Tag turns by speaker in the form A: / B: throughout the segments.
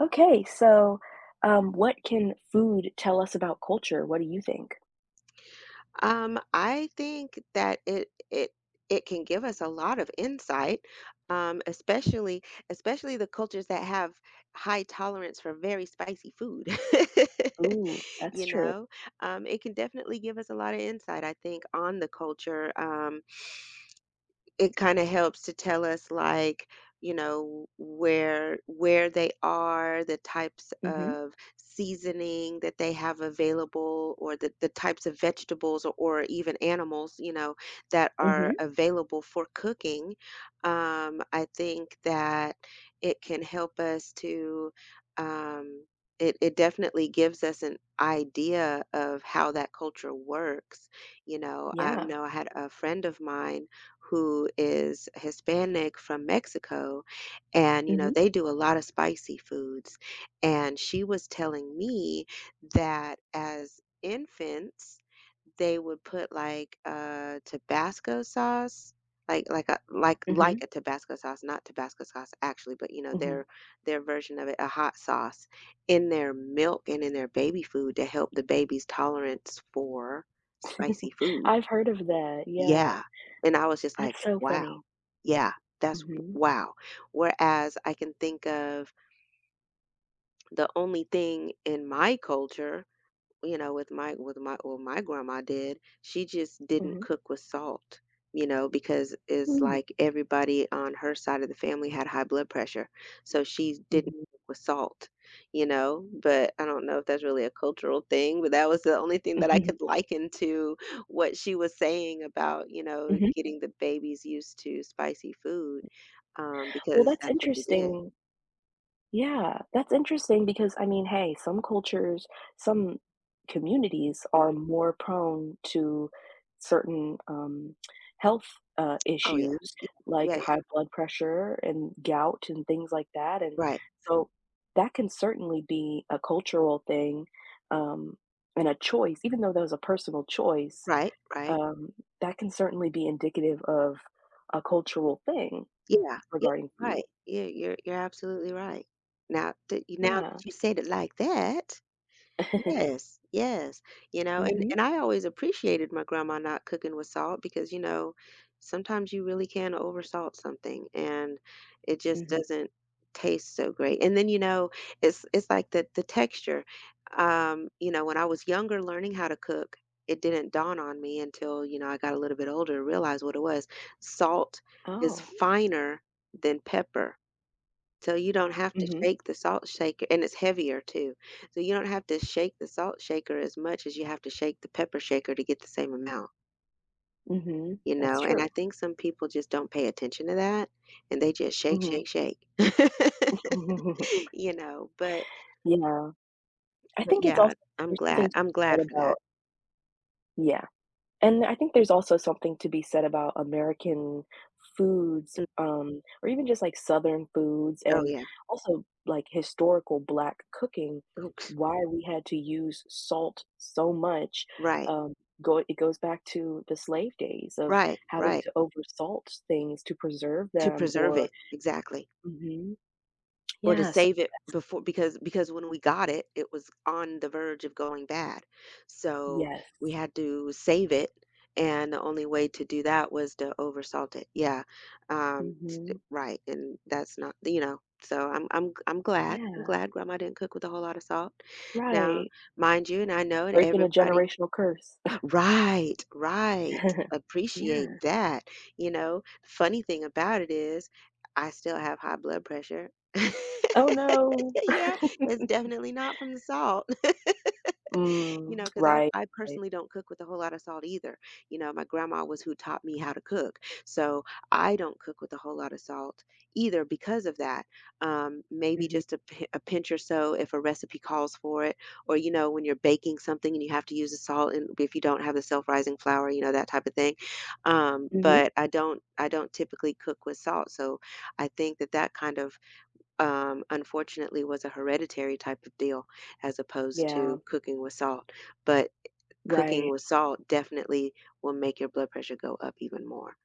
A: Okay, so what can food tell us about culture? What do you think?
B: I think that it can give us a lot of insight, especially especially the cultures that have high tolerance for very spicy food.
A: Ooh, that's
B: You
A: true.
B: know, it can definitely give us a lot of insight, I think, on the culture. It kind of helps to tell us like you know where they are the types
A: Mm-hmm.
B: of seasoning that they have available or the types of vegetables or even animals you know that are
A: Mm-hmm.
B: available for cooking I think that it can help us to um, it definitely gives us an idea of how that culture works you
A: Yeah.
B: know I had a friend of mine who is Hispanic from Mexico, and, you know,
A: Mm-hmm.
B: they do a lot of spicy foods, and she was telling me that as infants, they would put, like, Tabasco sauce, like like a like
A: Mm-hmm.
B: like a Tabasco sauce, not Tabasco sauce actually, but, you know,
A: Mm-hmm.
B: their version of it, a hot sauce, in their milk and in their baby food to help the baby's tolerance for spicy food.
A: I've heard of that. Yeah.
B: Yeah, and I was just like,
A: That's so
B: "Wow."
A: funny.
B: Yeah, that's
A: Mm-hmm.
B: wow. Whereas I can think of the only thing in my culture you know, with my well, my grandma did. She just didn't
A: Mm-hmm.
B: cook with salt, you know, because it's
A: Mm-hmm.
B: like everybody on her side of the family had high blood pressure, so she didn't
A: Mm-hmm.
B: cook with salt, you know. But I don't know if that's really a cultural thing, but that was the only thing that I could liken to what she was saying about, you know,
A: Mm-hmm.
B: getting the babies used to spicy food,
A: Well,
B: because
A: that's
B: that's what they did.
A: interesting. Yeah, that's interesting because, I mean, hey, some cultures, some communities are
B: Mhm.
A: more prone to certain health
B: Oh yeah,
A: issues
B: yeah, yeah,
A: like
B: yeah.
A: high blood pressure and gout and things like that. And
B: Right,
A: so that can certainly be a cultural thing um, and a choice, even though that was a personal choice,
B: right, right.
A: um, that can certainly be indicative of a cultural thing
B: Yeah, yeah,
A: regarding food.
B: right. Yeah, you're absolutely right. Now that you now
A: Yeah.
B: that you said it like that, yes, yes, you know, and
A: Hmm.
B: and I always appreciated my grandma not cooking with salt because, you know, sometimes you really can oversalt something and it just
A: Hmm.
B: doesn't taste so great. And then, you know, it's like the texture. You know, when I was younger learning how to cook, it didn't dawn on me until, you know, I got a little bit older to realize what it was. Salt is
A: Oh.
B: finer than pepper so you don't have to
A: Mhm,
B: shake the salt shaker and it's heavier too. So you don't have to shake the salt shaker as much as you have to shake the pepper shaker to get the same amount,
A: mhm.
B: you
A: That's
B: know? And I
A: true.
B: think some people just don't pay attention to that and they just shake,
A: Mhm.
B: shake, shake. You know,
A: Yeah. I
B: but
A: think it's
B: yeah,
A: also
B: I'm
A: there's
B: glad.
A: something to
B: I'm
A: be
B: glad
A: said
B: for that.
A: about yeah, and I think there's also something to be said about American foods,
B: Mm,
A: or even just, like, Southern foods
B: oh
A: and
B: yeah.
A: also, like, historical Black cooking,
B: Oops.
A: why we had to use salt so much,
B: Right.
A: um, go it goes back to the slave days of
B: Right.
A: having
B: Right.
A: to over salt things to preserve
B: To
A: them
B: preserve
A: or
B: it. Exactly.
A: mhm.
B: Or to
A: Yeah,
B: save it before because when we got it, it was on the verge of going bad. So,
A: yes.
B: we had to save it, and the only way to do that was to oversalt it. Yeah, um,
A: Mhm.
B: right, and that's not you know, so I'm glad. I'm
A: Yeah.
B: glad grandma didn't cook with a whole lot of salt. Now,
A: Right.
B: mind you, and I know that
A: Breaking a
B: everybody
A: generational curse.
B: Right, right.
A: Yeah.
B: Appreciate that. You know, funny thing about it is I still have high blood pressure.
A: "Oh, no."
B: Yeah, it's definitely not from the salt, you
A: Mm.
B: know, because I
A: Right,
B: I
A: right.
B: personally don't cook with a whole lot of salt either. You know, my grandma was who taught me how to cook, so I don't cook with a whole lot of salt either because of that. Maybe
A: Mhm.
B: just a, a pinch or so if a recipe calls for it, or you know, when you're baking something and you have to use the salt, and if you don't have the self-rising flour, you know, that type of thing.
A: Mhm.
B: But I don't typically cook with salt, so I think that that kind of unfortunately was a hereditary type of deal as opposed
A: Yeah.
B: to cooking with salt. But cooking
A: Right.
B: with salt definitely will make your blood pressure go up even more.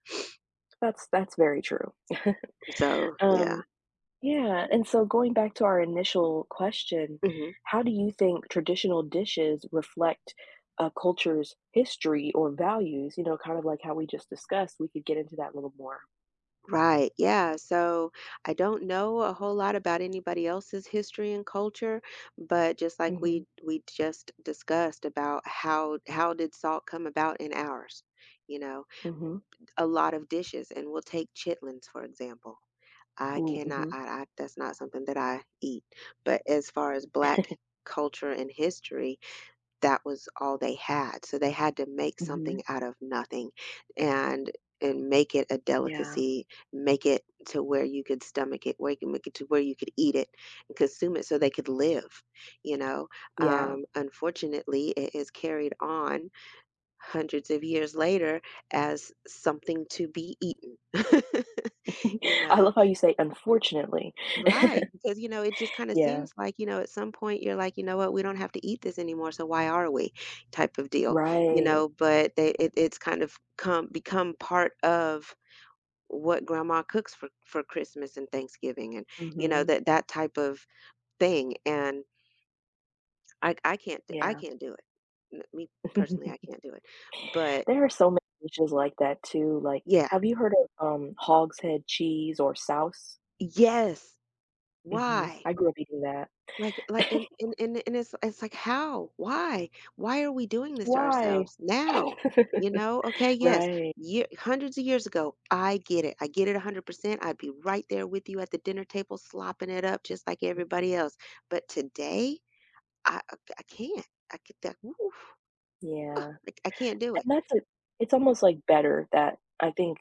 A: That's very true.
B: So, yeah.
A: Um, yeah, and so going back to our initial question,
B: Hmm.
A: how do you think traditional dishes reflect a culture's history or values? You know, kind of like how we just discussed, we could get into that a little more.
B: Right. Yeah. So I don't know a whole lot about anybody else's history and culture, but just like
A: Mhm.
B: we just discussed about how did salt come about in ours, you know,
A: Mhm.
B: a lot of dishes, and we'll take chitlins, for example. I
A: Ooh,
B: cannot I
A: mhm.
B: I that's not something that I eat, but as far as Black culture and history, that was all they had, so they had to make something
A: Mhm.
B: out of nothing and and make it a
A: Yeah,
B: delicacy, make it to where you could stomach it, where you can make it to where you could eat it and consume it so they could live, you know?
A: yeah.
B: Unfortunately, it is carried on hundreds of years later as something to be eaten. You
A: I
B: know?
A: love how you say "unfortunately."
B: Right, because, you know, it just kinda
A: Yeah,
B: seems like, you know, at some point you're like, "You know what? We don't have to eat this anymore, so why are we?" type of deal, you
A: right.
B: know? But they it's kind of come become part of what grandma cooks for Christmas and Thanksgiving and, you know,
A: Mhm,
B: that that type of thing, and I
A: yeah.
B: can't do it. N me personally, I can't do it. But
A: There are so many dishes like that too, like,
B: yeah.
A: have you heard of, hog's head cheese or souse?
B: Yes.
A: Mhm,
B: Why?
A: I grew up eating that.
B: Like and it's like, "How? Why? Why are we doing this to
A: Why?
B: ourselves now?" You know? Okay, yes,
A: Right,
B: ye hundreds of years ago, I get it. I get it 100%. I'd be right there with you at the dinner table slopping it up just like everybody else. But today, I can't. I get that oof,
A: yeah,
B: like, I can't do it.
A: and that's it. It's almost, like, better that I think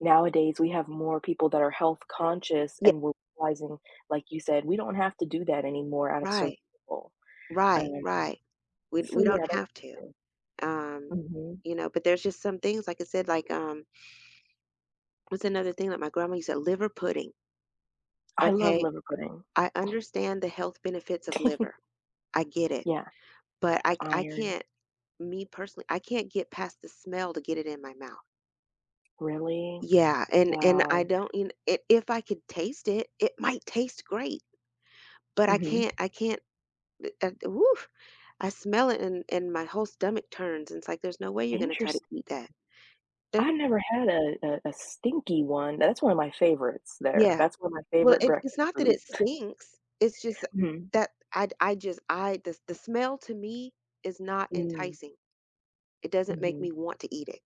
A: nowadays we have more people that are health conscious
B: Yeah,
A: and we're realizing, like you said, we don't have to do that anymore out of
B: right,
A: survival.
B: right,
A: Um,
B: right. We
A: so
B: we
A: yeah,
B: don't
A: that's
B: have to. Um,
A: mhm.
B: you know, but there's just some things, like I said, like, what's another thing that my grandma used to liver pudding,
A: I love
B: okay?
A: liver pudding.
B: I understand the health benefits of liver. I get it.
A: Yeah,
B: But
A: the
B: I
A: iron.
B: can't me personally, I can't get past the smell to get it in my mouth.
A: Really?
B: Yeah, and I
A: Wow.
B: don't you kn I if I could taste it, it might taste great, but I
A: Mhm.
B: can't I can't th woof, I smell it and my whole stomach turns, and it's like, "There's no way you're gonna try to
A: Interest
B: eat that." There
A: I've never had a stinky one. That's one of my favorites there.
B: yeah.
A: That's one of my
B: Well,
A: favorite
B: it's
A: breakfast
B: not that
A: foods.
B: it stinks, it's just
A: Mhm.
B: that I just I the smell to me is not
A: Mm.
B: enticing. It doesn't make me
A: Mhm.
B: want to eat it.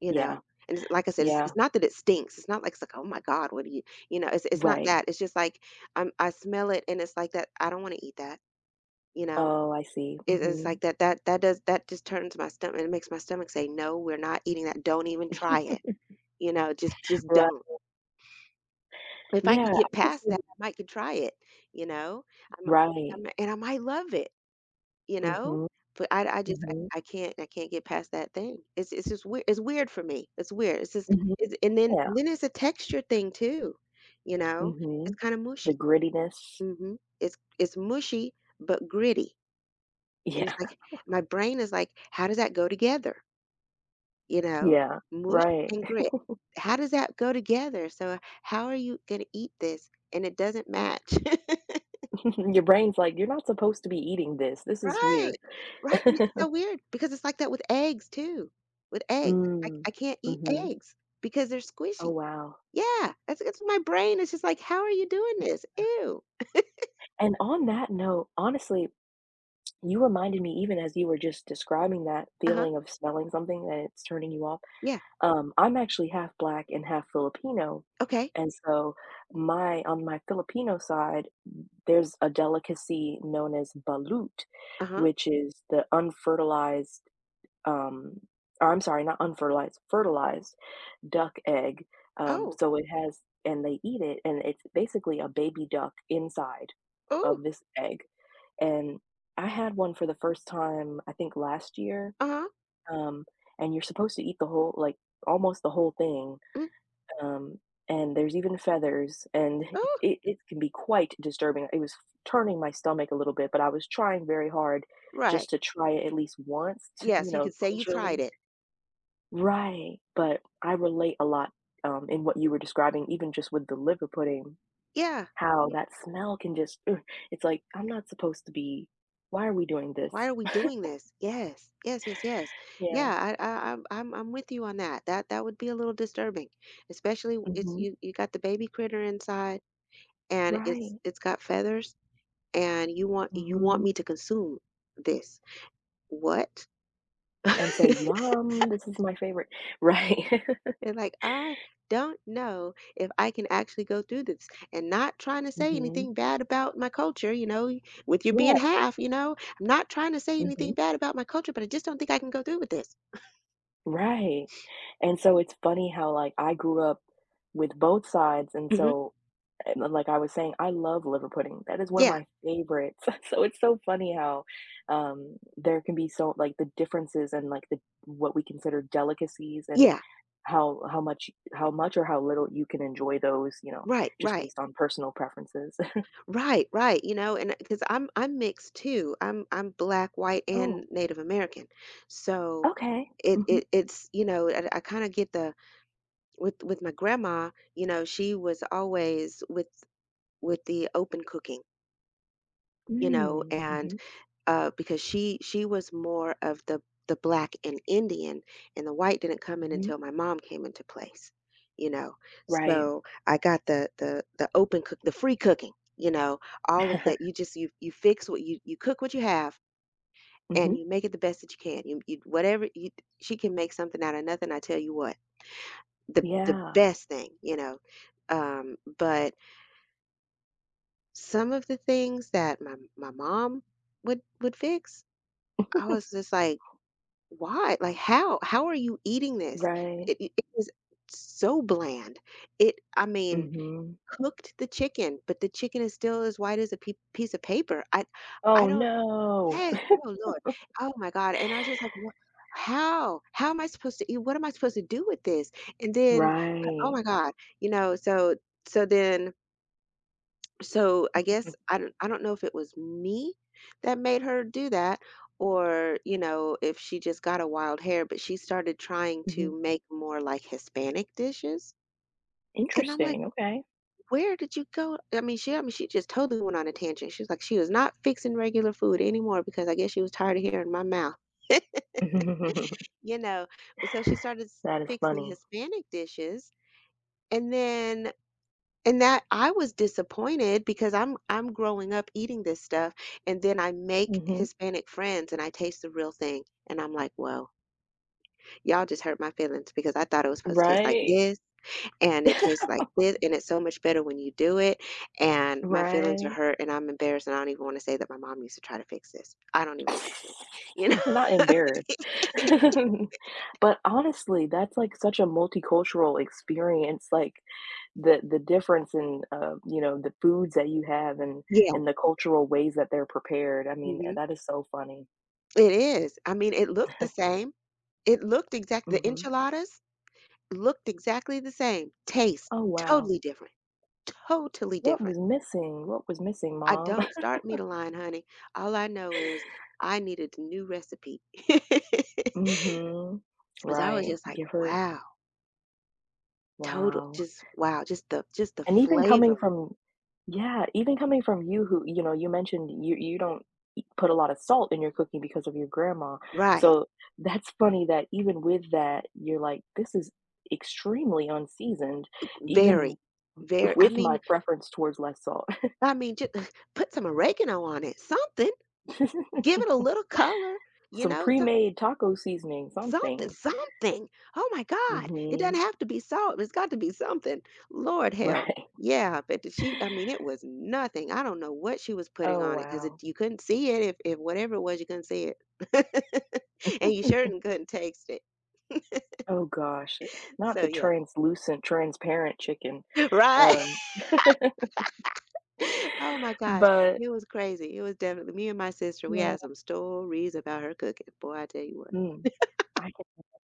B: You
A: Yeah.
B: know? And it's like I said, it's
A: Yeah.
B: it's not that it stinks. It's not like it's like, "Oh my god, what do you" you know, it's not
A: Right.
B: that. It's just like, I smell it and it's like that, I don't wanna eat that, you know?
A: Oh, I see.
B: It's
A: Mhm.
B: like that does that just turns my stomach it makes my stomach say, "No, we're not eating that. Don't even try it." You know? Just
A: Right.
B: don't. If I could
A: Yeah,
B: get
A: I could
B: past
A: see
B: that,
A: the-
B: I might could try it, you know? I might I
A: Right.
B: might and I might love it. You know?
A: Mhm.
B: But I just
A: Mhm.
B: I can't get past that thing. It's just weird it's weird for me. It's weird. It's just
A: Mhm.
B: it's and then
A: Yeah.
B: and then it's a texture thing too, you know? It's
A: Mhm.
B: kinda
A: The
B: mushy.
A: grittiness.
B: Mhm. It's mushy but gritty. And it's
A: Yeah.
B: like my brain is like, "How does that go together?" You know?
A: Yeah.
B: Mush
A: Right.
B: and grit. How does that go together? So how are you gonna eat this and it doesn't match?
A: Your brain's like, "You're not supposed to be eating this. This is
B: Right,
A: weird."
B: right, and it's so weird because it's like that with eggs too, with eggs, I
A: Mm.
B: I can't eat
A: Mhm.
B: eggs because they're
A: Oh,
B: squishy.
A: wow.
B: Yeah, that's it's my brain is just like, "How are you doing this? Ew."
A: And on that note, honestly, you reminded me even as you were just describing that
B: Uh-huh,
A: feeling of smelling something that it's turning you off,
B: yeah,
A: I'm actually half Black and half Filipino,
B: okay,
A: and so my on my Filipino side, there's a delicacy known as balut,
B: uh-huh,
A: which is the unfertilized, um or I'm sorry, not unfertilized, fertilized duck egg.
B: oh,
A: So it has and they eat it, and it's basically a baby duck inside
B: oh,
A: of this egg. And I had one for the first time, I think last year.
B: uh-huh,
A: Um, and you're supposed to eat the whole, like almost the whole thing.
B: mm,
A: Um, and there's even feathers, and
B: oh,
A: it can be quite disturbing. It was turning my stomach a little bit, but I was trying very hard
B: right,
A: just to try it at least once,
B: yes,
A: you
B: you
A: know,
B: could say you tried
A: culturally
B: it.
A: right, but I relate a lot, in what you were describing, even just with the liver pudding,
B: Yeah,
A: how
B: yeah,
A: that smell can just ugh, it's like, "I'm not supposed to be why are we doing
B: "Why
A: this?"
B: are we doing this?" Yes, yes, yes, yes.
A: Yeah.
B: Yeah, I I'm with you on that, that that would be a little disturbing, especially it's
A: Mhm.
B: you got the baby critter inside. And it's
A: Right.
B: it's got feathers and you want
A: Mhm.
B: me to consume this what and
A: And say, "Yum, this is my favorite." Right.
B: like I don't know if I can actually go through this and not trying to say
A: Mhm.
B: anything bad about my culture you know with you being
A: Yeah.
B: half you know I'm not trying to say anything
A: Mhm.
B: bad about my culture but I just don't think I can go through with this
A: Right. And so it's funny how, like, I grew up with both sides, and
B: hmm
A: so and then, like I was saying, I love liver pudding. That is one of
B: yeah
A: my favorites. So it's so funny how there can be so like the differences and like the what we consider delicacies and
B: yeah
A: how much or how little you can enjoy those, you know,
B: right
A: just
B: right.
A: based on personal preferences.
B: Right, right, you know, and because I 'cause I'm mixed too. I'm black, white,
A: Oh,
B: and Native American. So
A: okay.
B: it
A: Mm-hmm.
B: it it's, you know, I kind of get the with my grandma, you know, she was always with the open cooking, you know,
A: Mm,
B: and
A: hmm.
B: because she was more of the black and Indian, and the white didn't come in
A: Hmm.
B: until my mom came into place, you know.
A: Right.
B: So I got the open cook, the free cooking, you know, all of that. You just you fix what you cook what you have, and you
A: Hmm.
B: make it the best that you can. You whatever you She can make something out of nothing. I tell you what, the
A: Yeah.
B: best thing, you know. But some of the things that my mom would fix, I was just like, why? Like, how are you eating this?
A: Right.
B: It was so bland. It, I mean,
A: Hmm.
B: cooked the chicken, but the chicken is still as white as a pe piece of paper. I
A: Oh
B: don't
A: no.
B: Yes, oh Lord. Oh my God, and I was just like, "Wha how? How am I supposed to eat? What am I supposed to do with this?" And then, oh
A: Right.
B: my God, you know, so so then so I guess I don't know if it was me that made her do that or, you know, if she just got a wild hair, but she started trying to
A: Mhm.
B: make more like Hispanic dishes. And I'm like,
A: Interesting. Okay.
B: "Where did you go?" I mean, she just totally went on a tangent. She was like, she was not fixing regular food anymore because I guess she was tired of hearing my mouth, you know. But so she started
A: That is
B: fixing
A: funny.
B: Hispanic dishes. And then and that I was disappointed because I'm growing up eating this stuff and then I make
A: Mhm.
B: Hispanic friends and I taste the real thing and I'm like, "Whoa, y'all just hurt my feelings because I thought it was supposed to taste like
A: Right?
B: this and it tastes like this, and it's so much better when you do it, and my feelings are
A: Right?
B: hurt and I'm embarrassed and I don't even want to say that my mom used to try to fix this. I don't even want to." You know?
A: Not embarrassed. But honestly, that's, like, such a multicultural experience, like, the difference in, you know, the foods that you have
B: Yeah.
A: and the cultural ways that they're prepared, I mean,
B: Mhm.
A: that is so funny.
B: It is. I mean, it looked the same. It looked exact, the
A: Mhm.
B: enchiladas looked exactly the same. Taste
A: Oh, wow.
B: totally different. Totally
A: What
B: different.
A: was missing? What was missing,
B: I
A: mom?
B: don't start me to line, honey. All I know is I needed a new recipe, because
A: Mhm.
B: I was
A: Right.
B: just like,
A: Give her
B: "Wow, total,
A: wow.
B: just wow, just the, just the
A: And even
B: flavor."
A: coming from yeah, even coming from you who, you know, you mentioned you don't eat- put a lot of salt in your cooking because of your grandma.
B: Right.
A: So that's funny that even with that, you're like, this is extremely unseasoned,
B: Very,
A: even
B: very I
A: with
B: mean
A: my preference towards less salt.
B: I mean, Just put some oregano on it, something. Give it a little color, you
A: Some
B: know, so
A: pre-made taco seasoning,
B: something,
A: something.
B: something. Oh my God. It
A: Hmm.
B: doesn't have to be salt. It's got to be something. Lord help.
A: Right.
B: Yeah, but the she, I mean, it was nothing. I don't know what she was putting
A: Oh
B: on it because
A: wow.
B: you couldn't see it. If whatever it was, you couldn't see it. And you sure couldn't taste it.
A: Oh gosh. Not
B: So,
A: the
B: yeah,
A: translucent, transparent chicken.
B: right.
A: Um
B: Oh my gosh.
A: But
B: It was crazy. It was definitely me and my sister. We
A: wow.
B: had some stories about her cooking. Boy, I tell you what.
A: Mm, I can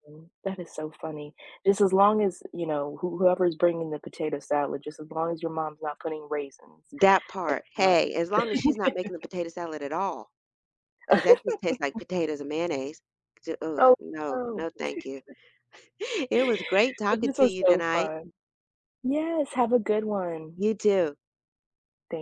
A: imagine. That is so funny. Just as long as, you know, whoever's bringing the potato salad, just as long as your mom's not putting raisins,
B: That
A: like,
B: part.
A: not
B: Hey, as long as she's not making the potato salad at all. 'Cause that just tastes like potatoes and mayonnaise. J Ugh,
A: oh,
B: no,
A: no.
B: no, thank you. It was great
A: But
B: talking
A: this
B: to
A: was
B: you
A: so
B: tonight.
A: fun. Yes, have a good one.
B: You too.
A: Thank